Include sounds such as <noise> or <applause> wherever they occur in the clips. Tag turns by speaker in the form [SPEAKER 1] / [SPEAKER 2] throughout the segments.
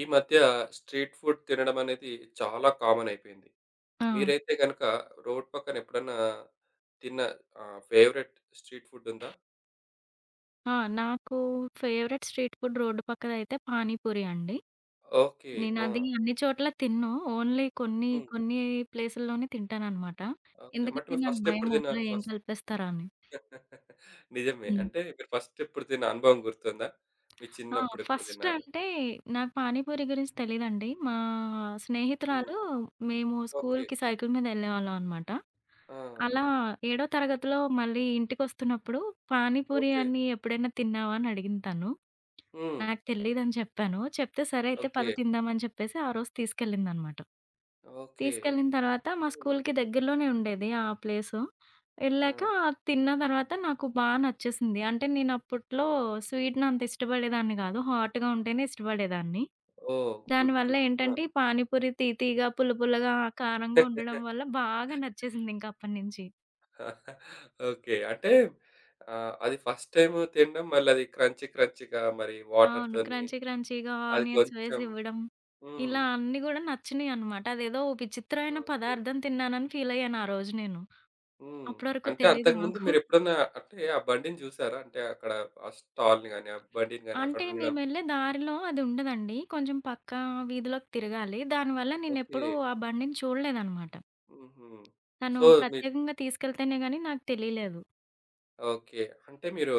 [SPEAKER 1] ఈ మధ్య street food తినడం అనేది చాలా కామన్ అయిపోయింది.
[SPEAKER 2] ఆ!
[SPEAKER 1] మీరైతే గనక రోడ్ పక్కన ఎప్పుడన్నా తిన్న ఫేవరెట్ స్ట్రీట్ ఫుడ్ ఉందా?
[SPEAKER 2] ఆ! నాకు ఫేవరెట్ స్ట్రీట్ ఫుడ్ రోడ్డు పక్కదైతే పానీపూరి అండి.
[SPEAKER 1] ఓకే. ఆ!
[SPEAKER 2] నేనది అన్ని చోట్ల తినను. ఓన్లీ కొన్ని
[SPEAKER 1] హ్మ్.
[SPEAKER 2] కొన్ని ప్లేసుల్లోనే తింటాననమాట.
[SPEAKER 1] ఓకే. బట్
[SPEAKER 2] ఎందుకంటే
[SPEAKER 1] మీరు
[SPEAKER 2] నాకు
[SPEAKER 1] ఫస్ట్
[SPEAKER 2] భయం
[SPEAKER 1] ఎప్పుడు
[SPEAKER 2] అందులో
[SPEAKER 1] తిన్నారు?
[SPEAKER 2] ఏం
[SPEAKER 1] ఫస్ట్.
[SPEAKER 2] కలిపేస్తారా అని.
[SPEAKER 1] <laughs> నిజమే.
[SPEAKER 2] హ్మ్.
[SPEAKER 1] అంటే మీరు ఫస్ట్ ఎప్పుడు తిన్న అనుభవం గుర్తుందా? మీ
[SPEAKER 2] ఆ!
[SPEAKER 1] చిన్నప్పుడు ఎప్పుడు
[SPEAKER 2] ఫస్ట్
[SPEAKER 1] తిన్నారు?
[SPEAKER 2] అంటే నాకు పానీపూరి గురించి తెలీదండి. మా
[SPEAKER 1] హ్మ్.
[SPEAKER 2] స్నేహితురాలు మేము
[SPEAKER 1] ఓకే.
[SPEAKER 2] స్కూలుకి సైకిల్ మీద వెళ్ళేవాళ్ళం అనమాట.
[SPEAKER 1] ఆ!
[SPEAKER 2] అలా ఏడో తరగతిలో మళ్ళీ ఇంటికొస్తున్నప్పుడు పానీపూరి
[SPEAKER 1] ఓకే.
[SPEAKER 2] అని ఎప్పుడైనా తిన్నావా అని అడిగింది తను.
[SPEAKER 1] హ్మ్.
[SPEAKER 2] నాకు తెలీదని చెప్పాను. చెప్తే సరే అయితే పద
[SPEAKER 1] ఓకే.
[SPEAKER 2] తిందామని చెప్పేసి ఆ రోజు తీసుకెళ్ళిందనమాట.
[SPEAKER 1] ఓకే.
[SPEAKER 2] తీసుకెళ్ళిన తర్వాత మా
[SPEAKER 1] హ్మ్.
[SPEAKER 2] స్కూల్‌కి దగ్గరలోనే ఉండేది ఆ ప్లేసు.
[SPEAKER 1] ఆ!
[SPEAKER 2] ఎళ్ళాక తిన్న తర్వాత నాకు బా నచ్చేసింది. అంటే నేను అప్పట్లో స్వీట్‌ని అంత ఇష్టపడేదాన్ని గాదు. హాట్‌గా ఉంటేనే ఇష్టపడేదాన్ని.
[SPEAKER 1] ఓహ్! గుడ్.
[SPEAKER 2] దానివల్ల
[SPEAKER 1] గుడ్.
[SPEAKER 2] ఏంటంటే ఈ పానీపూరి తీయ తీయగా, పుల్ల పుల్లగా, కారంగా ఉండడం
[SPEAKER 1] <laughs> ఆ!
[SPEAKER 2] వల్ల బాగా నచ్చేసింది ఇంక అప్పటినుంచి.
[SPEAKER 1] ఓకే. అంటే అది ఫస్ట్ టైము తినడం మళ్ళది క్రంచీ క్రంచీగా మరి
[SPEAKER 2] అవును.
[SPEAKER 1] వాటర్‌తోని
[SPEAKER 2] క్రంచీ క్రంచీగా
[SPEAKER 1] అది
[SPEAKER 2] ఆనియన్స్
[SPEAKER 1] కొంచెం.
[SPEAKER 2] వేసివ్వడం.
[SPEAKER 1] హ్మ్.
[SPEAKER 2] ఇలా అన్నీ గూడా నచ్చినియనమాట. అదేదో ఓ విచిత్రమైన
[SPEAKER 1] ఓకే.
[SPEAKER 2] పదార్థం తిన్నానని ఫీలయ్యాను ఆ రోజు నేను.
[SPEAKER 1] హ్మ్.
[SPEAKER 2] అప్పటివరకు
[SPEAKER 1] అంటే
[SPEAKER 2] తెలీదు
[SPEAKER 1] అంతకుముందు
[SPEAKER 2] నాకు.
[SPEAKER 1] మీరెప్పుడన్నా అంటే ఆ బండిని చూసారా? అంటే అక్కడ ఆ స్టాల్‌ని గాని, ఆ బండిని గాని అక్కడ
[SPEAKER 2] అంటే
[SPEAKER 1] ఉండడం.
[SPEAKER 2] మేమెళ్ళే దారిలో అది ఉండదండి. కొంచెం పక్క వీధిలోకి తిరగాలి. దానివల్ల
[SPEAKER 1] ఓకే.
[SPEAKER 2] నేనెప్పుడూ ఆ బండిని చూడలేదనమాట.
[SPEAKER 1] హుహు.
[SPEAKER 2] తను
[SPEAKER 1] సో, మీ
[SPEAKER 2] ప్రత్యేకంగా తీసుకెళ్తేనే గానీ నాకు తెలీలేదు.
[SPEAKER 1] ఓకే. అంటే మీరు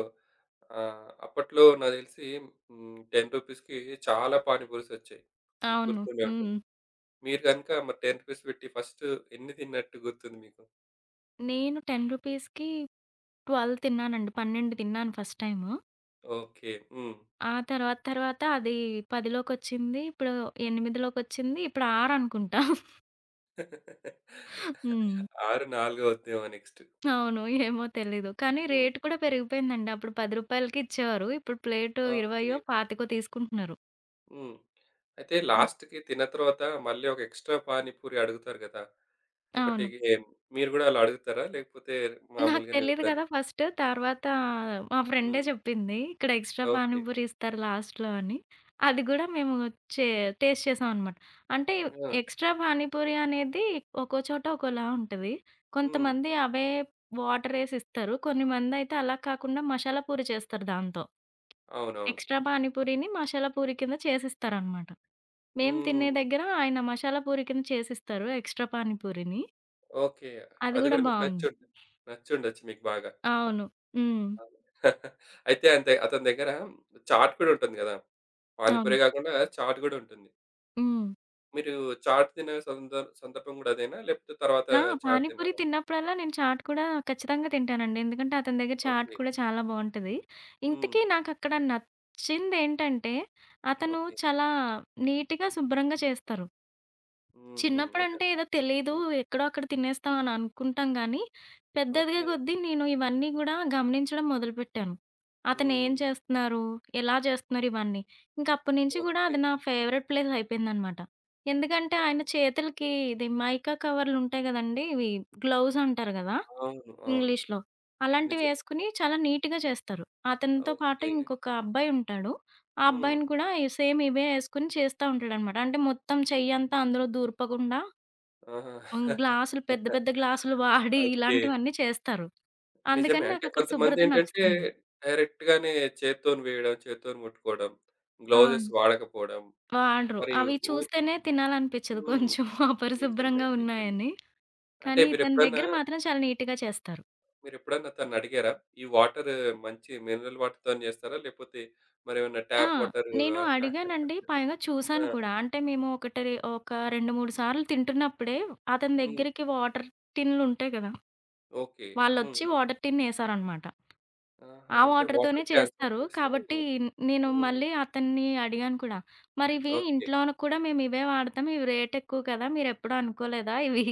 [SPEAKER 1] అప్పట్లో నాకు తెలిసి. హ్మ్. రూ. 10కి చాలా పానీపూరీసొచ్చాయి. మీకు
[SPEAKER 2] అవును.
[SPEAKER 1] గుర్తుండే ఉంటుంది.
[SPEAKER 2] హ్మ్.
[SPEAKER 1] మీరు గనుక మరి 10 రూపీస్ పెట్టి ఫస్ట్ ఎన్ని తిన్నట్టు గుర్తుంది మీకు?
[SPEAKER 2] నేను ₹10కి 12 తిన్నానండి. 12 తిన్నాను ఫస్ట్ టైము.
[SPEAKER 1] ఓకే. హ్మ్.
[SPEAKER 2] ఆ తర్వాత తర్వాత అది 10లోకొచ్చింది. ఇప్పుడు 8లోకొచ్చింది. ఇప్పుడు 6 అనుకుంటా.
[SPEAKER 1] <laughs>
[SPEAKER 2] హ్మ్.
[SPEAKER 1] 6, 4 అవుద్దేమో. <laughs> నెక్స్ట్.
[SPEAKER 2] అవును. ఏమో తెలీదు. కానీ
[SPEAKER 1] హ్మ్.
[SPEAKER 2] రేట్ కూడా పెరిగిపోయిందండి. అప్పుడు ₹10కి ఇచ్చేవారు. ఇప్పుడు ప్లేటు 20
[SPEAKER 1] ఓకే.
[SPEAKER 2] పాతికో తీసుకుంటున్నారు.
[SPEAKER 1] హ్మ్. అయితే
[SPEAKER 2] హ్మ్.
[SPEAKER 1] లాస్ట్‌కి తిన్న తర్వాత మళ్ళీ ఒక ఎక్స్‌ట్రా పానీపూరి అడుగుతారు కదా! ఒకటి
[SPEAKER 2] అవును.
[SPEAKER 1] ఏ- మీరు గూడా అలా అడుగుతారా? లేకపోతే
[SPEAKER 2] నాకు
[SPEAKER 1] మామూలుగానే
[SPEAKER 2] తెలీదు
[SPEAKER 1] వద్దని.
[SPEAKER 2] కదా ఫస్ట్. తర్వాత మా ఫ్రెండే
[SPEAKER 1] హ్మ్.
[SPEAKER 2] చెప్పింది. ఇక్కడ ఎక్స్‌ట్రా పానీ
[SPEAKER 1] ఓకే.
[SPEAKER 2] పూరి ఇస్తారు లాస్ట్‌లో అని. అది గూడా మేము చే టేస్ట్ చేసామనమాట. అంటే
[SPEAKER 1] ఆ!
[SPEAKER 2] ఎక్స్‌ట్రా పానీ పూరి అనేది ఒక్కో చోట ఒక్కోలా ఉంటది.
[SPEAKER 1] హ్మ్.
[SPEAKER 2] కొంతమంది అవే వాటరేసి ఇస్తారు. కొన్ని మందైతే అలా కాకుండా మసాలా పూరి చేస్తారు దాంతో.
[SPEAKER 1] అవునవును.
[SPEAKER 2] ఎక్స్‌ట్రా పానీ పూరిని మసాలా పూరి కింద చేసిస్తారనమాట. మేము తినే
[SPEAKER 1] హ్మ్.
[SPEAKER 2] దగ్గర ఆయన మసాలా పూరి కింద చేసిస్తారు ఎక్స్‌ట్రా పానీ పూరిని.
[SPEAKER 1] ఓకే.
[SPEAKER 2] అది
[SPEAKER 1] అది
[SPEAKER 2] గూడా
[SPEAKER 1] గూడా మీకు
[SPEAKER 2] బావుంది.
[SPEAKER 1] నచ్చుండదు. నచ్చుండొచ్చు మీకు బాగా.
[SPEAKER 2] అవును. హ్మ్.
[SPEAKER 1] <laughs> అవును. అయితే అంతే అతని దగ్గర చాట్ కూడా ఉంటుంది గదా!
[SPEAKER 2] అవును.
[SPEAKER 1] పానీపూరే గాకుండా చాట్ గూడా ఉంటుంది.
[SPEAKER 2] హ్మ్.
[SPEAKER 1] మీరు చాట్ తినే సందర్భం గూడా అదేనా? లేపోతే తర్వాత
[SPEAKER 2] ఆ!
[SPEAKER 1] చాట్
[SPEAKER 2] పానీపూరి
[SPEAKER 1] తిన్నారా?
[SPEAKER 2] తిన్నప్పుడల్లా నేను చాట్ కూడా ఖచ్చితంగా తింటానండి. ఎందుకంటే అతని దగ్గర చాట్
[SPEAKER 1] ఓకే.
[SPEAKER 2] కూడా చాలా బావుంటది.
[SPEAKER 1] హ్మ్.
[SPEAKER 2] ఇంతకీ నాకక్కడ నచ్చిందేంటంటే, అతను
[SPEAKER 1] ఓకే.
[SPEAKER 2] చాలా నీట్‌గా, శుభ్రంగా చేస్తారు.
[SPEAKER 1] హుహు. అంటే
[SPEAKER 2] చిన్నప్పుడంటే ఏదో తెలీదు.
[SPEAKER 1] హ్మ్.
[SPEAKER 2] ఎక్కడో అక్కడ తినేస్తాం అని అనుకుంటాం గానీ, పెద్ద ఎదిగే
[SPEAKER 1] ఓకే.
[SPEAKER 2] కొద్దీ నేను ఇవన్నీ గూడా గమనించడం మొదలుపెట్టాను.
[SPEAKER 1] హ్మ్.
[SPEAKER 2] అతనేం చేస్తున్నారు? ఎలా చేస్తున్నారు? ఇవన్నీ. ఇంక అప్పటినుంచి గూడా
[SPEAKER 1] ఓకే.
[SPEAKER 2] అది నా ఫేవరెట్ ప్లేస్ అయిపోయిందనమాట. ఎందుకంటే ఆయన చేతులకి ఇది మైకా కవర్లుంటాయి గదండీ! ఇవి గ్లౌస్ అంటారు గదా
[SPEAKER 1] అవును. అవును.
[SPEAKER 2] ఇంగ్లీష్‌లో.
[SPEAKER 1] నిజమే.
[SPEAKER 2] అలాంటివేసుకొని చాలా నీట్‌గా చేస్తారు. అతనితో పాటు
[SPEAKER 1] ఓకే.
[SPEAKER 2] ఇంకొక అబ్బాయి ఉంటాడు. ఆ
[SPEAKER 1] హ్మ్.
[SPEAKER 2] అబ్బాయిని కూడా సేమ్ ఇవే యేసుకొని చేస్తా ఉంటాడనమాట. అంటే మొత్తం చెయ్యంతా అందులో దూర్పకుండా. హ్మ్.
[SPEAKER 1] ఆహా!
[SPEAKER 2] గ్లాసులు పెద్ద పెద్ద గ్లాసులు వాడి
[SPEAKER 1] ఓకే.
[SPEAKER 2] ఇలాంటివన్నీ చేస్తారు.
[SPEAKER 1] నిజమే.
[SPEAKER 2] అందుకని
[SPEAKER 1] అంటే
[SPEAKER 2] నాకక్కడ శుభ్రత
[SPEAKER 1] కొంతమందేంటంటే
[SPEAKER 2] నచ్చుతుంది.
[SPEAKER 1] డైరెక్ట్‌గానే చేత్తోని వేయడం, చేత్తోని ముట్టుకోవడం, గ్లౌజెస్
[SPEAKER 2] అవును.
[SPEAKER 1] వాడకపోవడం
[SPEAKER 2] వాడరు.
[SPEAKER 1] మరియు
[SPEAKER 2] అవి
[SPEAKER 1] ఊర్
[SPEAKER 2] చూస్తేనే తినాలనిపిచ్చదు
[SPEAKER 1] హ్మ్.
[SPEAKER 2] కొంచెం <laughs>
[SPEAKER 1] నిజమే.
[SPEAKER 2] అపరిశుభ్రంగా
[SPEAKER 1] నిజమే.
[SPEAKER 2] ఉన్నాయని.
[SPEAKER 1] అంటే
[SPEAKER 2] కానీ తన
[SPEAKER 1] మీరెప్పుడన్నా
[SPEAKER 2] దగ్గర మాత్రం చాలా నీట్‌గా చేస్తారు.
[SPEAKER 1] మీరెప్పుడన్నా తనడిగారా? ఈ వాటర్ మంచి మినరల్ వాటర్‌తోని చేస్తారా? లేపోతే మరేమన్నా
[SPEAKER 2] ఆ!
[SPEAKER 1] Tap water.
[SPEAKER 2] నేను
[SPEAKER 1] అట్లా?
[SPEAKER 2] అడిగానండి. పైగా
[SPEAKER 1] ఆ!
[SPEAKER 2] చూసాను కూడా. అంటే మేము ఒక 2, 3 సార్లు తింటున్నప్పుడే అతని
[SPEAKER 1] హ్మ్.
[SPEAKER 2] దగ్గరికి వాటర్ టిన్‌లుంటాయి కదా!
[SPEAKER 1] ఓకే. హ్మ్.
[SPEAKER 2] వాళ్ళొచ్చి
[SPEAKER 1] హ్మ్.
[SPEAKER 2] వాటర్ టిన్ ఏసారనమాట.
[SPEAKER 1] ఆహా!
[SPEAKER 2] ఆ
[SPEAKER 1] అంటే
[SPEAKER 2] వాటర్‌తోనే
[SPEAKER 1] వాటర్ క్యాన్స్
[SPEAKER 2] చేస్తారు.
[SPEAKER 1] వచ్చేసి.
[SPEAKER 2] కాబట్టి నేను
[SPEAKER 1] హ్మ్.
[SPEAKER 2] మళ్ళీ అతన్ని అడిగాను కూడా. "మరివి
[SPEAKER 1] ఓకే.
[SPEAKER 2] ఇంట్లోను కూడా మేము ఇవే వాడతాం. ఇవి రేట్ ఎక్కువ కదా! మీరెప్పుడూ అనుకోలేదా? ఇవి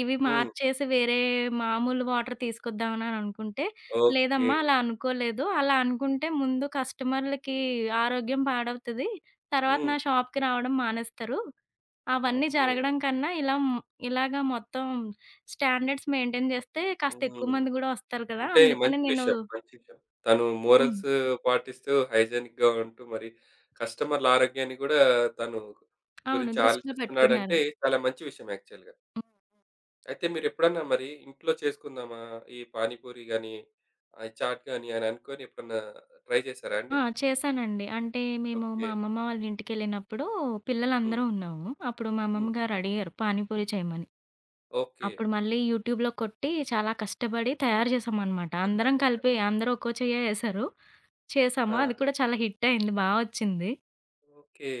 [SPEAKER 2] ఇవి
[SPEAKER 1] హ్మ్.
[SPEAKER 2] మార్చేసి వేరే మామూలు వాటర్ తీసుకొద్దామని" అని అనుకుంటే,
[SPEAKER 1] ఓకే.
[SPEAKER 2] "లేదమ్మా అలా అనుకోలేదు. అలా అనుకుంటే ముందు కస్టమర్లకి ఆరోగ్యం పాడవుతది. తర్వాత
[SPEAKER 1] హ్మ్.
[SPEAKER 2] నా షాప్‌కి రావడం మానేస్తారు. అవన్నీ
[SPEAKER 1] ఓకే.
[SPEAKER 2] జరగడం కన్నా ఇలాగ మొత్తం స్టాండర్డ్స్ మెయింటైన్ చేస్తే కాస్త ఎక్కువ
[SPEAKER 1] హ్మ్.
[SPEAKER 2] మంది గూడా వస్తారు కదా!
[SPEAKER 1] అంటే
[SPEAKER 2] అందుకని
[SPEAKER 1] మంచి
[SPEAKER 2] నేను".
[SPEAKER 1] విషయం. మంచి విషయం. తను
[SPEAKER 2] హ్మ్.
[SPEAKER 1] మోరల్స్ పాటిస్తూ హైజీనిక్‌గా ఉంటూ మరి కస్టమర్ల ఆరోగ్యాన్ని గూడా తను
[SPEAKER 2] అవును.
[SPEAKER 1] గురించి
[SPEAKER 2] దృష్టిలో పెట్టుకున్నారు.
[SPEAKER 1] ఆలోచిస్తున్నాడంటే చాలా మంచి విషయం యాక్చువల్‌గా.
[SPEAKER 2] హ్మ్.
[SPEAKER 1] అయితే మీరెప్పుడన్నా మరి ఇంట్లో చేసుకుందామా? ఈ పానీపూరి గాని, చాట్ గాని అని అనుకోని ఎప్పుడన్నా ట్రై చేశారా అండి?
[SPEAKER 2] ఆ! చేశానండి. అంటే మేము
[SPEAKER 1] ఓకే.
[SPEAKER 2] మా అమ్మమ్మ వాళ్ళ ఇంటికెళ్ళినప్పుడు
[SPEAKER 1] హ్మ్.
[SPEAKER 2] పిల్లలందరం ఉన్నాము. అప్పుడు మా అమ్మమ్మ
[SPEAKER 1] హ్మ్.
[SPEAKER 2] గారు అడిగారు పానీపూరి చేయమని.
[SPEAKER 1] ఓకే.
[SPEAKER 2] అప్పుడు మళ్ళీ యూట్యూబ్‌లో కొట్టి చాలా కష్టపడి తయారు చేశామనమాట. అందరం కలిపి అందరూ ఒక్కో చెయ్య ఏశారు. చేశాము.
[SPEAKER 1] ఆ!
[SPEAKER 2] అది కూడా చాలా హిట్ అయింది. బా వచ్చింది.
[SPEAKER 1] ఓకే.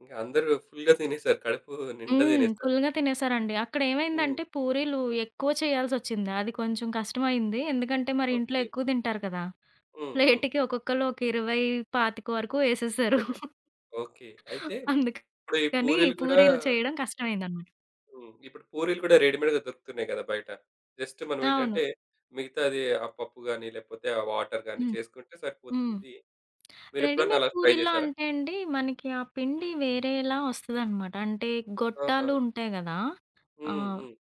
[SPEAKER 1] ఇంక అందరూ ఫుల్‌గా తినేసారు. కడుపు నిండా
[SPEAKER 2] హ్మ్.
[SPEAKER 1] తినేసారు.
[SPEAKER 2] ఫుల్‌గా తినేసారండి. అక్కడ
[SPEAKER 1] హ్మ్.
[SPEAKER 2] ఏమైందంటే పూరీలు ఎక్కువ చేయాల్సొచ్చింది. అది కొంచెం కష్టమైంది. ఎందుకంటే మరి ఇంట్లో
[SPEAKER 1] ఓకే.
[SPEAKER 2] ఎక్కువ తింటారు కదా!
[SPEAKER 1] హ్మ్. హ్మ్.
[SPEAKER 2] ప్లేట్‌కి ఒక్కొక్కళ్ళు ఒక 20, 25 వరకు ఏసేశారు.
[SPEAKER 1] నిజమే. ఓకే. అయితే ఇప్పుడు ఈ
[SPEAKER 2] అందుకని
[SPEAKER 1] పూరీలు గూడా.
[SPEAKER 2] పూరీలు చేయడం కష్టమైందనమాట.
[SPEAKER 1] హ్మ్. ఇప్పుడు పూరీలు కూడా రెడీమేడ్‌గా దొరుకుతున్నాయి కదా! బయట. జస్ట్
[SPEAKER 2] అవును.
[SPEAKER 1] మనమేంటంటే మిగతాది ఆ పప్పు గాని, లేకపోతే ఆ వాటర్ గాని
[SPEAKER 2] హ్మ్.
[SPEAKER 1] చేసుకుంటే
[SPEAKER 2] హ్మ్.
[SPEAKER 1] సరిపోతుంది. మీరెప్పుడన్నా
[SPEAKER 2] రెడీమేడ్
[SPEAKER 1] అలా ట్రై
[SPEAKER 2] పూరీల్లో
[SPEAKER 1] చేశారా?
[SPEAKER 2] అంటే అండి, మనకి ఆ పిండి వేరేలా వస్తదనమాట. అంటే
[SPEAKER 1] ఆహా!
[SPEAKER 2] గొట్టాలు ఉంటాయి గదా!
[SPEAKER 1] హ్మ్.
[SPEAKER 2] ఆహ్,
[SPEAKER 1] హ్మ్.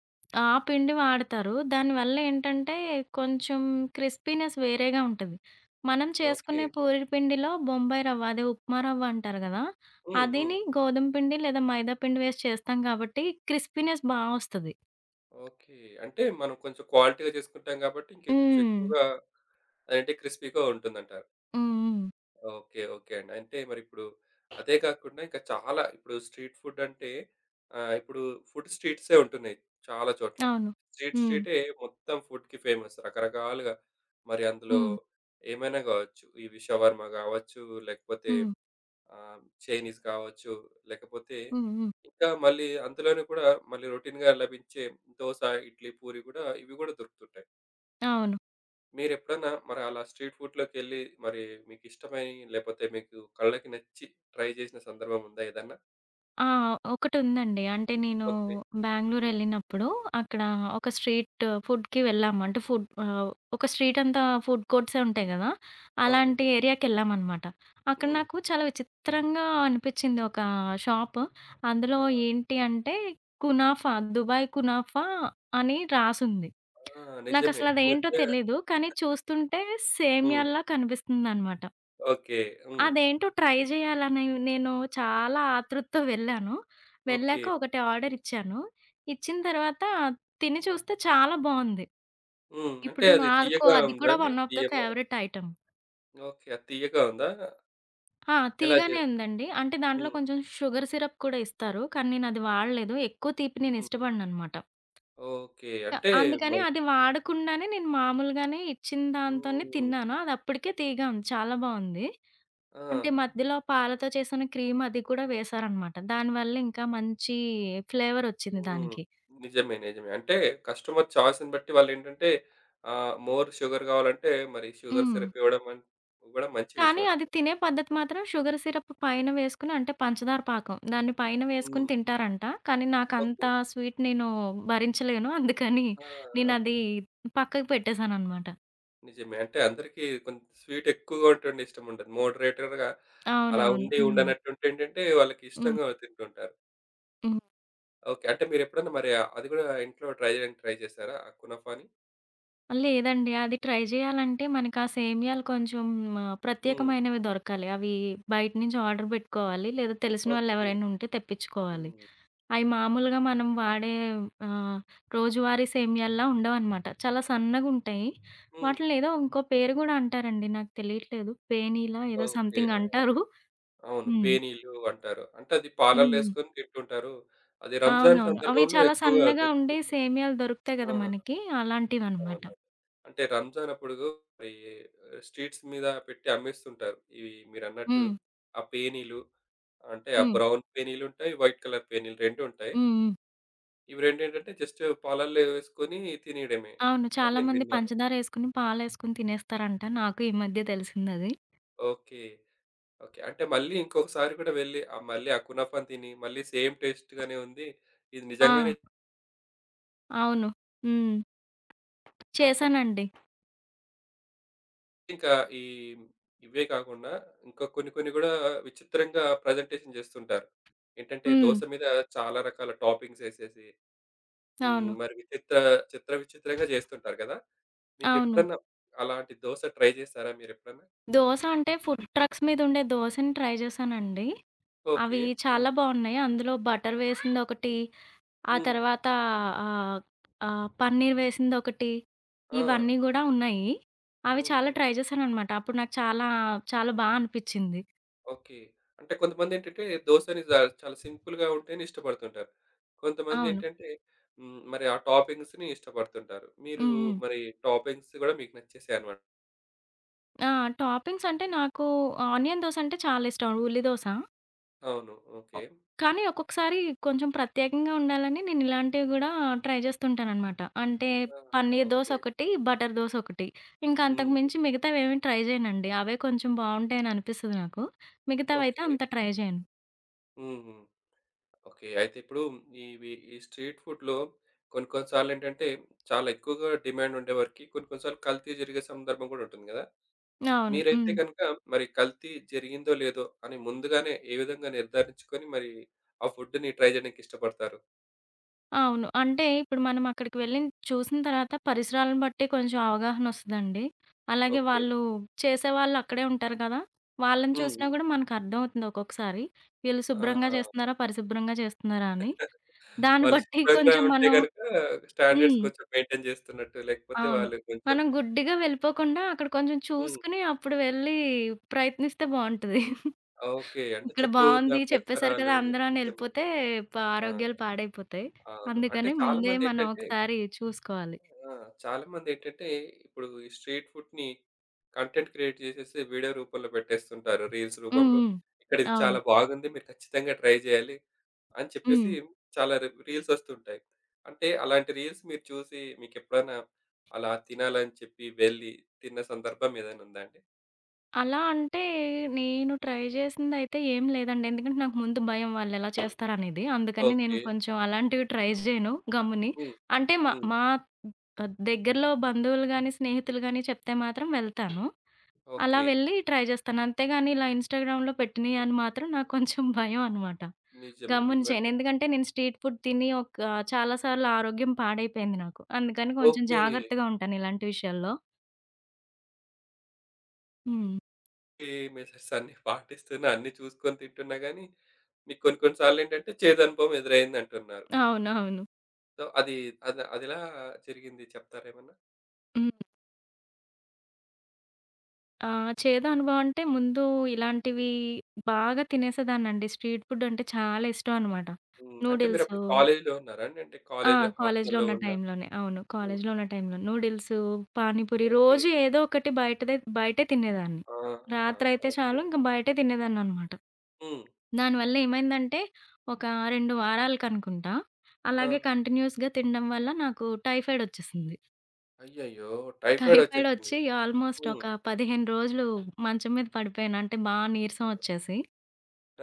[SPEAKER 2] ఆ పిండి వాడతారు. దానివల్ల ఏంటంటే, కొంచెం క్రిస్పీనెస్ వేరేగా ఉంటది. మనం
[SPEAKER 1] ఓకే.
[SPEAKER 2] చేసుకునే పూరీ పిండిలో బొంబాయి రవ్వ, అదే ఉప్మా రవ్వ అంటారు గదా!
[SPEAKER 1] హ్మ్. హ్మ్.
[SPEAKER 2] అదిని గోధుమ పిండి లేదా మైదా పిండి వేసి చేస్తాం కాబట్టి, క్రిస్పీనెస్ బా వస్తది.
[SPEAKER 1] ఓకే. అంటే మనం కొంచెం క్వాలిటీగా చేసుకుంటాం కాబట్టి ఇంకా కొంచెం
[SPEAKER 2] హ్మ్.
[SPEAKER 1] ఎక్కువగా అంటే క్రిస్పీ‌గా ఉంటుందంటారు.
[SPEAKER 2] హ్మ్. హ్మ్.
[SPEAKER 1] ఓకే. ఓకే అండి. అంటే మరిప్పుడు అదే కాకుండా ఇంకా చాలా ఇప్పుడు స్ట్రీట్ ఫుడ్ అంటే ఇప్పుడు ఫుడ్ స్ట్రీట్సే ఉంటున్నాయి చాలా చోట్ల.
[SPEAKER 2] అవును.
[SPEAKER 1] స్ట్రీట్
[SPEAKER 2] హ్మ్.
[SPEAKER 1] స్ట్రీటే మొత్తం ఫుడ్‌కి ఫేమస్ రకరకాలుగా. మరి అందులో
[SPEAKER 2] హ్మ్.
[SPEAKER 1] ఏమైనా కావచ్చు. ఇవి షవర్మ కావచ్చు లేకపోతే
[SPEAKER 2] హ్మ్.
[SPEAKER 1] చైనీస్ కావచ్చు, లేకపోతే
[SPEAKER 2] హ్మ్. హ్మ్.
[SPEAKER 1] ఇంకా మళ్ళీ అందులోనే కూడా మళ్ళీ రొటీన్‌గా లభించే దోస, ఇడ్లీ, పూరి గూడా ఇవి గూడా దొరుకుతుంటాయి.
[SPEAKER 2] అవును.
[SPEAKER 1] మీరెప్పుడన్నా మరి అలా స్ట్రీట్ ఫుడ్‌లోకెళ్ళి మరి మీకిష్టమై, లేపోతే మీకు కళ్ళకి నచ్చి ట్రై చేసిన సందర్భం ఉందా ఏదన్నా?
[SPEAKER 2] ఆ! ఒకటుందండి. అంటే నేను
[SPEAKER 1] ఓకే. హ్మ్.
[SPEAKER 2] బెంగుళూరెళ్ళినప్పుడు అక్కడ ఒక స్ట్రీట్ ఫుడ్‌కి వెళ్ళాము. ఒక స్ట్రీట్ అంతా ఫుడ్ కోర్ట్సే ఉంటాయి గదా!
[SPEAKER 1] అవును.
[SPEAKER 2] అలాంటి ఏరియాకెళ్ళామనమాట. అక్కడ
[SPEAKER 1] హ్మ్.
[SPEAKER 2] నాకు చాలా విచిత్రంగా అనిపిచ్చింది ఒక షాప్. అందులో
[SPEAKER 1] ఆ!
[SPEAKER 2] ఏంటి అంటే కునాఫా, దుబాయ్ కునాఫా అని రాసుంది.
[SPEAKER 1] ఆ! నిజమే. ఈ
[SPEAKER 2] నాకసలదేంటో
[SPEAKER 1] మధ్య.
[SPEAKER 2] తెలీదు. కానీ చూస్తుంటే
[SPEAKER 1] హ్మ్.
[SPEAKER 2] సేమ్యాల్లా కనిపిస్తుందనమాట.
[SPEAKER 1] ఓకే. హ్మ్.
[SPEAKER 2] అదేంటో ట్రై జేయాలని నేను చాలా ఆతృతతో వెళ్ళాను.
[SPEAKER 1] ఓకే.
[SPEAKER 2] వెళ్ళాక ఒకటి ఆర్డర్ ఇచ్చాను. ఇచ్చిన తర్వాత తిని చూస్తే చాలా బావుంది.
[SPEAKER 1] హ్మ్. అంటే
[SPEAKER 2] ఇప్పుడు
[SPEAKER 1] అది
[SPEAKER 2] నాకు
[SPEAKER 1] తియ్యగా
[SPEAKER 2] అది
[SPEAKER 1] ఉందా
[SPEAKER 2] కూడా
[SPEAKER 1] అండి?
[SPEAKER 2] వన్ ఆఫ్ ద
[SPEAKER 1] తియ్యగా.
[SPEAKER 2] Favourite item.
[SPEAKER 1] ఓకే. అది తియ్యగా ఉందా?
[SPEAKER 2] ఆ!
[SPEAKER 1] ఎలా జే
[SPEAKER 2] తీయగానే ఉందండి. అంటే దాంట్లో
[SPEAKER 1] హ్మ్.
[SPEAKER 2] కొంచెం షుగర్ సిరప్ కూడా ఇస్తారు. కానీ నేనది వాడలేదు. ఎక్కువ తీపి నేను
[SPEAKER 1] హ్మ్.
[SPEAKER 2] ఇష్టపడననమాట.
[SPEAKER 1] ఓకే. అంటే
[SPEAKER 2] అందుకని
[SPEAKER 1] మరి.
[SPEAKER 2] అది వాడకుండానే నేను మామూలుగానే ఇచ్చిన దాంతోనే
[SPEAKER 1] హ్మ్.
[SPEAKER 2] తిన్నాను. అది అప్పటికే తీయగా ఉంది. చాలా బావుంది.
[SPEAKER 1] ఆ!
[SPEAKER 2] అంటే మధ్యలో పాలతో చేసిన క్రీమ్ అది కూడా వేశారనమాట. దానివల్ల ఇంకా మంచి ఫ్లేవరొచ్చింది
[SPEAKER 1] హ్మ్.
[SPEAKER 2] దానికి.
[SPEAKER 1] నిజమే. నిజమే. అంటే కస్టమర్ చాయిస్‌ని బట్టి వాళ్ళేంటంటే మోర్ షుగర్ కావాలంటే మరి షుగర్
[SPEAKER 2] హ్మ్.
[SPEAKER 1] సిరప్ ఇవ్వడం ఇవ్వడం మంచి విషయం
[SPEAKER 2] కానీ
[SPEAKER 1] అక్కడ.
[SPEAKER 2] అది తినే పద్ధతి మాత్రం షుగర్ సిరప్ పైన వేసుకొని అంటే పంచదార పాకం. దాన్ని పైన
[SPEAKER 1] హ్మ్.
[SPEAKER 2] వేసుకొని తింటారంట. కానీ నాకంత
[SPEAKER 1] ఓకే.
[SPEAKER 2] స్వీట్ నేను భరించలేను. అందుకని
[SPEAKER 1] ఆ! అన్
[SPEAKER 2] నేనది పక్కకు పెట్టేసాననమాట.
[SPEAKER 1] నిజమే. అంటే అందరికీ కొంత స్వీట్ ఎక్కువగా ఉంటుండే ఇష్టముండదు. మోడరేటర్‌గా అలా
[SPEAKER 2] అవునవును.
[SPEAKER 1] ఉండి
[SPEAKER 2] హ్మ్.
[SPEAKER 1] ఉండనట్టుంటే ఏంటంటే వాళ్ళకి
[SPEAKER 2] హ్మ్.
[SPEAKER 1] ఇష్టంగా తింటుంటారు.
[SPEAKER 2] హ్మ్.
[SPEAKER 1] ఓకే. అంటే మీరెప్పుడన్నా మరి అది గూడా ఇంట్లో ట్రై చేయడానికి ట్రై చేసారా? ఆ కునఫాని?
[SPEAKER 2] లేదండి. అది ట్రై జేయాలంటే మనకా సేమియాలు కొంచెం
[SPEAKER 1] హ్మ్.
[SPEAKER 2] ప్రత్యేకమైనవి దొరకాలి. అవి బయట నుంచి ఆర్డర్ బెట్టుకోవాలి. లేదా తెలిసిన
[SPEAKER 1] ఓకే.
[SPEAKER 2] వాళ్ళెవరైనా ఉంటే తెప్పిచ్చుకోవాలి.
[SPEAKER 1] హ్మ్.
[SPEAKER 2] అయి మామూలుగా మనం వాడే ఆహ్, రోజువారీ సేమియాల్లా ఉండవనమాట. చాలా సన్నగుంటాయి.
[SPEAKER 1] హ్మ్.
[SPEAKER 2] వాటిలిని ఏదో ఇంకో పేరు గూడా అంటారండి. నాకు తెలియట్లేదు. పేనీలా ఏదో
[SPEAKER 1] ఓకే.
[SPEAKER 2] సంథింగ్
[SPEAKER 1] ఆ!
[SPEAKER 2] అంటారు.
[SPEAKER 1] అవును.
[SPEAKER 2] హ్మ్.
[SPEAKER 1] పేనీలు అంటారు. అంటే అది పాలల్లో
[SPEAKER 2] హ్మ్.
[SPEAKER 1] ఏసుకొని తింటుంటారు. అది రంజాన్
[SPEAKER 2] అవునవును. అవి
[SPEAKER 1] సందర్భంలో
[SPEAKER 2] చాలా
[SPEAKER 1] ఎక్కువగా
[SPEAKER 2] సన్నగా ఉండే
[SPEAKER 1] దొరుకుతుంటుంది.
[SPEAKER 2] సేమియాలు దొరుకుతాయి
[SPEAKER 1] ఆ!
[SPEAKER 2] గదా మనకి. అలాంటివనమాట.
[SPEAKER 1] అవునవును. అంటే రంజాన్ అప్పుడు మరి స్ట్రీట్స్ మీద పెట్టి అమ్మేస్తుంటారు. ఇవి మీరన్నట్టు
[SPEAKER 2] హ్మ్.
[SPEAKER 1] ఆ పేనీలు అంటే ఆ
[SPEAKER 2] హ్మ్.
[SPEAKER 1] బ్రౌన్ పేనీలుంటాయి. వైట్ కలర్ పేనీలు 2 ఉంటాయి.
[SPEAKER 2] హ్మ్. హ్మ్.
[SPEAKER 1] ఇవి రెండేంటంటే జస్ట్ పాలల్లో వేసుకొని తినేయడమే
[SPEAKER 2] అవును.
[SPEAKER 1] అని నేను
[SPEAKER 2] చాలామంది
[SPEAKER 1] విన్నాను.
[SPEAKER 2] పంచదారేసుకుని, పాలేసుకుని తినేస్తారంట. నాకు ఈ మధ్య తెలిసిందది.
[SPEAKER 1] ఓకే. ఓకే. అంటే మళ్ళీ ఇంకొకసారి కూడా వెళ్లి మళ్ళీ ఆ కునాఫాను తిని మళ్ళీ సేమ్ టేస్ట్ గానే ఉంది. ఇది
[SPEAKER 2] ఆ!
[SPEAKER 1] నిజంగానే
[SPEAKER 2] అవును. హ్మ్. చేశానండి.
[SPEAKER 1] ఇంకా ఈ ఇవే కాకుండా ఇంకా కొన్ని కొన్ని కూడా విచిత్రంగా ప్రజెంటేషన్ చేస్తుంటారు. ఏంటంటే
[SPEAKER 2] హ్మ్.
[SPEAKER 1] దోస మీద చాలా రకాల టాపింగ్స్ ఏసేసి. హ్మ్.
[SPEAKER 2] అవును.
[SPEAKER 1] మరి చిత్ర విచిత్రంగా చేస్తుంటారు కదా!
[SPEAKER 2] అవును.
[SPEAKER 1] మీకెప్పుడన్నా అలాంటి దోస ట్రై చేసారా మీరెప్పుడన్నా?
[SPEAKER 2] దోస అంటే ఫుడ్ ట్రక్స్ మీదుండే దోసని ట్రై చేశానండి.
[SPEAKER 1] ఓకే.
[SPEAKER 2] అవి
[SPEAKER 1] హ్మ్.
[SPEAKER 2] చాలా బావున్నాయి. అందులో బటర్ వేసిందొకటి, ఆ
[SPEAKER 1] హ్మ్.
[SPEAKER 2] తర్వాత ఆహ్, ఆహ్, పన్నీర్ వేసిందొకటి,
[SPEAKER 1] ఆ!
[SPEAKER 2] ఇవన్నీ గూడా ఉన్నాయి. అవి
[SPEAKER 1] హ్మ్.
[SPEAKER 2] చాలా
[SPEAKER 1] హ్మ్.
[SPEAKER 2] ట్రై చేశాననమాట. అప్పుడు నాకు చాలా, చాలా బా అనిపిచ్చింది.
[SPEAKER 1] ఓకే. అంటే కొంతమందేంటంటే దోసని చాలా సింపుల్‌గా ఉంటేనే ఇష్టపడుతుంటారు.
[SPEAKER 2] అవును.
[SPEAKER 1] కొంతమందేంటంటే హ్మ్. మరి ఆ టాపింగ్స్‌ని ఇష్టపడుతుంటారు. మీరు
[SPEAKER 2] హ్మ్. హ్మ్.
[SPEAKER 1] మరి టాపింగ్స్ కూడా మీకు నచ్చేసాయన్నమాట.
[SPEAKER 2] ఆ! టాపింగ్స్ అంటే నాకు ఆనియన్ దోస అంటే చాలా ఇష్టం. ఉల్లి దోస.
[SPEAKER 1] అవును.
[SPEAKER 2] ఒ
[SPEAKER 1] ఓకే.
[SPEAKER 2] కానీ ఒక్కొక్కసారి కొంచెం ప్రత్యేకంగా ఉండాలని నేను ఇలాంటివి గూడా ట్రై చేస్తుంటాననమాట. అంటే
[SPEAKER 1] ఆ!
[SPEAKER 2] పన్నీర్ దోస
[SPEAKER 1] ఓకే.
[SPEAKER 2] ఒకటి, బటర్ దోస ఒకటి. ఇంకా అంతకు
[SPEAKER 1] హ్మ్.
[SPEAKER 2] మించి మిగతావేమి ట్రై చేయనండి. అవే కొంచెం బావుంటాయని అనిపిస్తది నాకు. మిగతావైతే
[SPEAKER 1] ఓకే.
[SPEAKER 2] అంత ట్రై చేయను.
[SPEAKER 1] హ్మ్. హ్మ్. ఓకే. అయితే ఇప్పుడు ఇవి ఈ స్ట్రీట్ ఫుడ్‌లో కొన్ని కొన్ని సార్లేంటంటే చాలా ఎక్కువగా డిమాండ్ ఉండేవరకి కొన్ని కొన్ని సార్లు కల్తీ జరిగే సందర్భం గూడా ఉంటుంది గదా!
[SPEAKER 2] అవును.
[SPEAKER 1] మీరైతే
[SPEAKER 2] హ్మ్.
[SPEAKER 1] గనుక మరి కల్తీ జరిగిందో లేదో అని ముందుగానే ఏ విధంగా నిర్ధారించుకొని మరి ఆ ఫుడ్‌ని ట్రై జేయడానికి ఇష్టపడతారు?
[SPEAKER 2] అవును. అంటే ఇప్పుడు మనం అక్కడికి వెళ్ళి చూసిన తర్వాత పరిసరాలను బట్టి కొంచెం అవగాహనొస్తదండి. అలాగే
[SPEAKER 1] ఓకే.
[SPEAKER 2] చేసేవాళ్ళు అక్కడే ఉంటారు కదా! వాళ్ళని
[SPEAKER 1] హ్మ్. హ్మ్.
[SPEAKER 2] చూసినా గూడా మనకర్థమవుతుంది ఒక్కొక్కసారి. వీళ్ళు శుభ్రంగా
[SPEAKER 1] ఆ!
[SPEAKER 2] చేస్తున్నారా? పరిశుభ్రంగా చేస్తున్నారా అని. దాన్ని
[SPEAKER 1] వాళ్ళు
[SPEAKER 2] బట్టి
[SPEAKER 1] శుభ్రంగా
[SPEAKER 2] కొంచెం
[SPEAKER 1] ఉంటే
[SPEAKER 2] మనం.
[SPEAKER 1] గనుక
[SPEAKER 2] హ్మ్.
[SPEAKER 1] స్టాండర్డ్స్ కొంచెం మెయింటైన్ జేస్తున్నట్టు లేకపోతే
[SPEAKER 2] అవును.
[SPEAKER 1] వాళ్ళు కొంచెం.
[SPEAKER 2] మనం గుడ్డిగా వెళ్ళిపోకుండా అక్కడ కొంచెం
[SPEAKER 1] హ్మ్.
[SPEAKER 2] చూసుకొని అప్పుడు వెళ్ళి ప్రయత్నిస్తే బావుంటది.
[SPEAKER 1] ఓకే. అంటే
[SPEAKER 2] ఇక్కడ
[SPEAKER 1] చుట్టూరా
[SPEAKER 2] బావుంది చెప్పేశారు కదా!
[SPEAKER 1] పరిసరాలు.
[SPEAKER 2] అందరూ అని
[SPEAKER 1] నిజమే.
[SPEAKER 2] ఎళ్ళిపోతే
[SPEAKER 1] ఆ!
[SPEAKER 2] ఆరోగ్యాలు పాడైపోతాయి.
[SPEAKER 1] అవును. అంటే
[SPEAKER 2] అందుకని ముందే మనం
[SPEAKER 1] చాలామందేంటంటే.
[SPEAKER 2] ఒకసారి చూసుకోవాలి.
[SPEAKER 1] ఆ! చాలామందేంటంటే ఇప్పుడు ఈ స్ట్రీట్ ఫుడ్‌ని కంటెంట్ క్రియేట్ చేసేసి వీడియో రూపంలో పెట్టేస్తుంటారు రీల్స్
[SPEAKER 2] హ్మ్.
[SPEAKER 1] రూపంలో.
[SPEAKER 2] హ్మ్.
[SPEAKER 1] ఇక్కడ ఇది చాలా
[SPEAKER 2] అవును.
[SPEAKER 1] బాగుంది. మీరు ఖచ్చితంగా ట్రై చేయాలి అని చెప్పేసి
[SPEAKER 2] హ్మ్.
[SPEAKER 1] చాలా రీల్స్ వస్తుంటాయి. అంటే అలాంటి రీల్స్ మీరు చూసి మీకెప్పుడైనా అలా తినాలని చెప్పి వెళ్లి తిన్న సందర్భం ఏదైనా ఉందా అండి?
[SPEAKER 2] అలా అంటే నేను ట్రై చేసిందయితే ఏం లేదండి. ఎందుకంటే నాకు ముందు భయం వాళ్ళెలా చేస్తారనేది. అందుకని నేను
[SPEAKER 1] ఓకే.
[SPEAKER 2] కొంచెం అలాంటివి ట్రై చేయను గమ్ముని.
[SPEAKER 1] హ్మ్.
[SPEAKER 2] అంటే మా
[SPEAKER 1] హ్మ్.
[SPEAKER 2] మా దగ్గరలో బంధువులు గాని, స్నేహితులు గాని చెప్తే మాత్రం వెళ్తాను. అలా
[SPEAKER 1] ఓకే.
[SPEAKER 2] వెళ్ళి ట్రై చేస్తాను. అంతేగాని ఇలా ఇన్‌స్టాగ్రామ్‌లో పెట్టినయి అని మాత్రం నాకు కొంచెం <laughs> భయం అనమాట.
[SPEAKER 1] నిజమే.
[SPEAKER 2] గమ్మున
[SPEAKER 1] నిజమే.
[SPEAKER 2] చేయను.
[SPEAKER 1] అంటే
[SPEAKER 2] ఎందుకంటే నేను స్ట్రీట్ ఫుడ్ తిని ఒక చాలా సార్లు ఆరోగ్యం పాడైపోయింది నాకు. అందుకని కొంచెం
[SPEAKER 1] ఓకే.
[SPEAKER 2] జాగ్రత్తగా ఉంటాను ఇలాంటి విషయాల్లో. హ్మ్.
[SPEAKER 1] ఈ మెథడ్స్ అన్నీ పాటిస్తున్నా, అన్నీ చూసుకొని తింటున్నా గానీ, మీకు కొన్ని కొన్ని సార్లేంటంటే చేదనుభవం ఎదురైందంటున్నారు.
[SPEAKER 2] అవునవును.
[SPEAKER 1] సో, అది అది అదెలా జరిగింది చెప్తారా ఏమన్నా?
[SPEAKER 2] హ్మ్. చేదు అనుభవం అంటే ముందు ఇలాంటివి బాగా తినేసేదాన్నండి. స్ట్రీట్ ఫుడ్ అంటే చాలా ఇష్టం అనమాట.
[SPEAKER 1] హ్మ్. అంటే మీరప్పుడు
[SPEAKER 2] నూడిల్సు.
[SPEAKER 1] కాలేజీలో ఉన్నారా అండి? అంటే
[SPEAKER 2] ఆ!
[SPEAKER 1] కాలేజా?
[SPEAKER 2] కాలేజ్‌లో
[SPEAKER 1] హాస్టల్‌లో
[SPEAKER 2] ఉన్న
[SPEAKER 1] ఉన్నారు?
[SPEAKER 2] టైంలోనే. అవును.
[SPEAKER 1] హ్మ్.
[SPEAKER 2] కాలేజ్‌లో ఉన్న టైంలో నూడిల్సు, పానీపూరి
[SPEAKER 1] ఓకే.
[SPEAKER 2] రోజు ఏదో ఒకటి బయటే తినేదాన్ని.
[SPEAKER 1] ఆహా!
[SPEAKER 2] రాత్రయితే
[SPEAKER 1] ఓకే.
[SPEAKER 2] చాలు ఇంక బయటే తినేదాన్ననమాట.
[SPEAKER 1] హ్మ్.
[SPEAKER 2] దానివల్ల ఏమైందంటే ఒక 2 వారాలకనుకుంటా
[SPEAKER 1] ఆ!
[SPEAKER 2] అలాగే కంటిన్యూయస్‌గా తినడం వల్ల నాకు టైఫాయిడ్ ఒచ్చేసింది.
[SPEAKER 1] అయ్యయ్యో! టైఫాయిడొచ్చేసింది.
[SPEAKER 2] టైఫాయిడొచ్చి ఆల్‌మోస్ట్
[SPEAKER 1] హ్మ్.
[SPEAKER 2] ఒక 15 రోజులు మంచం మీద పడిపోయాను. అంటే బా నీరసం
[SPEAKER 1] అయ్యో!
[SPEAKER 2] వచ్చేసి.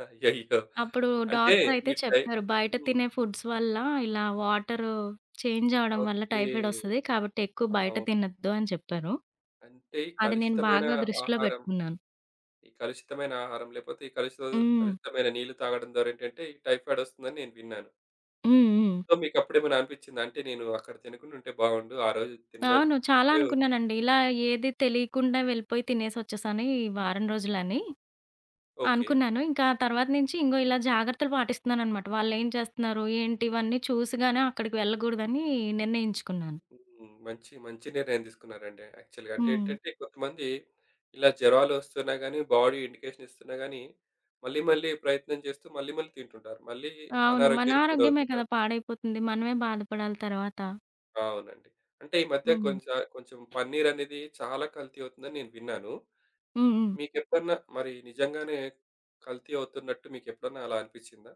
[SPEAKER 1] అయ్యయ్యో!
[SPEAKER 2] అప్పుడు
[SPEAKER 1] అంటే
[SPEAKER 2] డాక్టరయితే
[SPEAKER 1] మీ టై
[SPEAKER 2] చెప్పారు. బయట
[SPEAKER 1] హ్మ్.
[SPEAKER 2] తినే ఫుడ్స్ వల్ల ఇలా వాటరు చేంజ్ అవ్వడం వల్ల
[SPEAKER 1] ఓకే.
[SPEAKER 2] టైఫాయిడొస్తది. కాబట్టి ఎక్కువ బయట
[SPEAKER 1] అవును.
[SPEAKER 2] తినొద్దు అని చెప్పారు.
[SPEAKER 1] అంటే ఈ
[SPEAKER 2] అది నేను
[SPEAKER 1] కలుషితమైన
[SPEAKER 2] బాగా దృష్టిలో
[SPEAKER 1] ఆహారం
[SPEAKER 2] పెట్టుకున్నాను.
[SPEAKER 1] ఈ కలుషితమైన ఆహారం లేకపోతే ఈ కలుషిత
[SPEAKER 2] హ్మ్.
[SPEAKER 1] కలుషితమైన నీళ్లు తాగడం ద్వారా ఏంటంటే ఈ టైఫాయిడ్ వస్తుందని నేను విన్నాను.
[SPEAKER 2] హ్మ్. హ్మ్.
[SPEAKER 1] సో, మీకు అప్పుడేమైనా అనిపించిందా? అంటే నేను అక్కడ తినకుండా ఉంటే బాగుండు. ఆ రోజు తిన్న
[SPEAKER 2] అవును. చాలా
[SPEAKER 1] అంటే.
[SPEAKER 2] అనుకున్నానండి. ఇలా ఏది తెలియకుండా వెళ్ళిపోయి తినేసొచ్చేసాను ఈ వారం రోజులని.
[SPEAKER 1] ఓకే.
[SPEAKER 2] అనుకున్నాను. ఇంకా తర్వాత నుంచి ఇంగో ఇలా జాగ్రత్తలు పాటిస్తున్నాననమాట. వాళ్ళేం చేస్తున్నారు, ఏంటి ఇవన్నీ చూసిగానే అక్కడికి వెళ్ళకూడదని నిర్ణయించుకున్నాను.
[SPEAKER 1] హ్మ్. మంచి మంచి నిర్ణయం తీసుకున్నారండి యాక్చువల్‌గా. అంటే
[SPEAKER 2] హ్మ్.
[SPEAKER 1] ఏంటంటే కొంతమంది ఇలా జ్వరాలు వస్తున్నా గానీ, బాడీ ఇండికేషన్ ఇస్తున్నా గానీ, మళ్ళీ మళ్ళీ ప్రయత్నం చేస్తూ మళ్ళీ మళ్ళీ తింటుంటారు. మళ్ళీ
[SPEAKER 2] అవును. మన
[SPEAKER 1] అనారోగ్యానికి
[SPEAKER 2] ఆరోగ్యమే కదా
[SPEAKER 1] గురవుతుంటారు.
[SPEAKER 2] పాడైపోతుంది. మనమే బాధపడాలి తర్వాత.
[SPEAKER 1] అవునండి. అంటే ఈ మధ్య
[SPEAKER 2] హ్మ్.
[SPEAKER 1] కొంచెం కొంచెం పన్నీర్ అనేది చాలా కల్తీ అవుతుందని నేను విన్నాను.
[SPEAKER 2] హ్మ్. హ్మ్.
[SPEAKER 1] మీకెప్పుడన్నా మరి నిజంగానే కల్తీ అవుతున్నట్టు మీకెప్పుడన్నా అలా అనిపిచ్చిందా?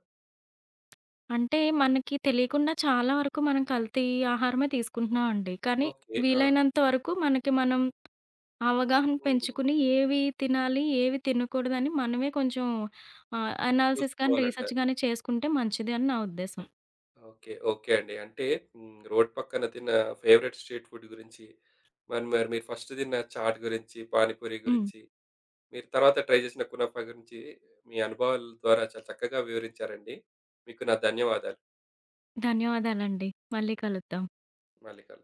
[SPEAKER 2] అంటే మనకి తెలియకుండా చాలా వరకు మనం కల్తీ ఆహారమే తీసుకుంటున్నామండి. కానీ
[SPEAKER 1] ఓకే. ఆ!
[SPEAKER 2] వీలైనంత వరకు మనకి మనం అవగాహన
[SPEAKER 1] హ్మ్.
[SPEAKER 2] పెంచుకుని ఏవి తినాలి, ఏవి తినకూడదని మనమే కొంచెం అనాలిసిస్ గాని, రీసెర్చ్
[SPEAKER 1] చూసుకోవాలంటారు.
[SPEAKER 2] గాని చేసుకుంటే మంచిది అని నా ఉద్దేశం.
[SPEAKER 1] ఓకే. ఓకే అండి. అంటే హ్మ్. రోడ్ పక్కన తిన్న ఫేవరెట్ స్ట్రీట్ ఫుడ్ గురించి, మరి మరి మీరు ఫస్ట్ తిన్న చాట్ గురించి, పానీపూరి
[SPEAKER 2] హ్మ్.
[SPEAKER 1] గురించి, మీరు తర్వాత ట్రై చేసిన కునఫా గురించి మీ అనుభవాల ద్వారా చాలా చక్కగా వివరించారండి. మీకు నా ధన్యవాదాలు.
[SPEAKER 2] ధన్యవాదాలండి. మళ్ళీ కలుద్దాం.
[SPEAKER 1] మళ్ళీ కలుద్దాం.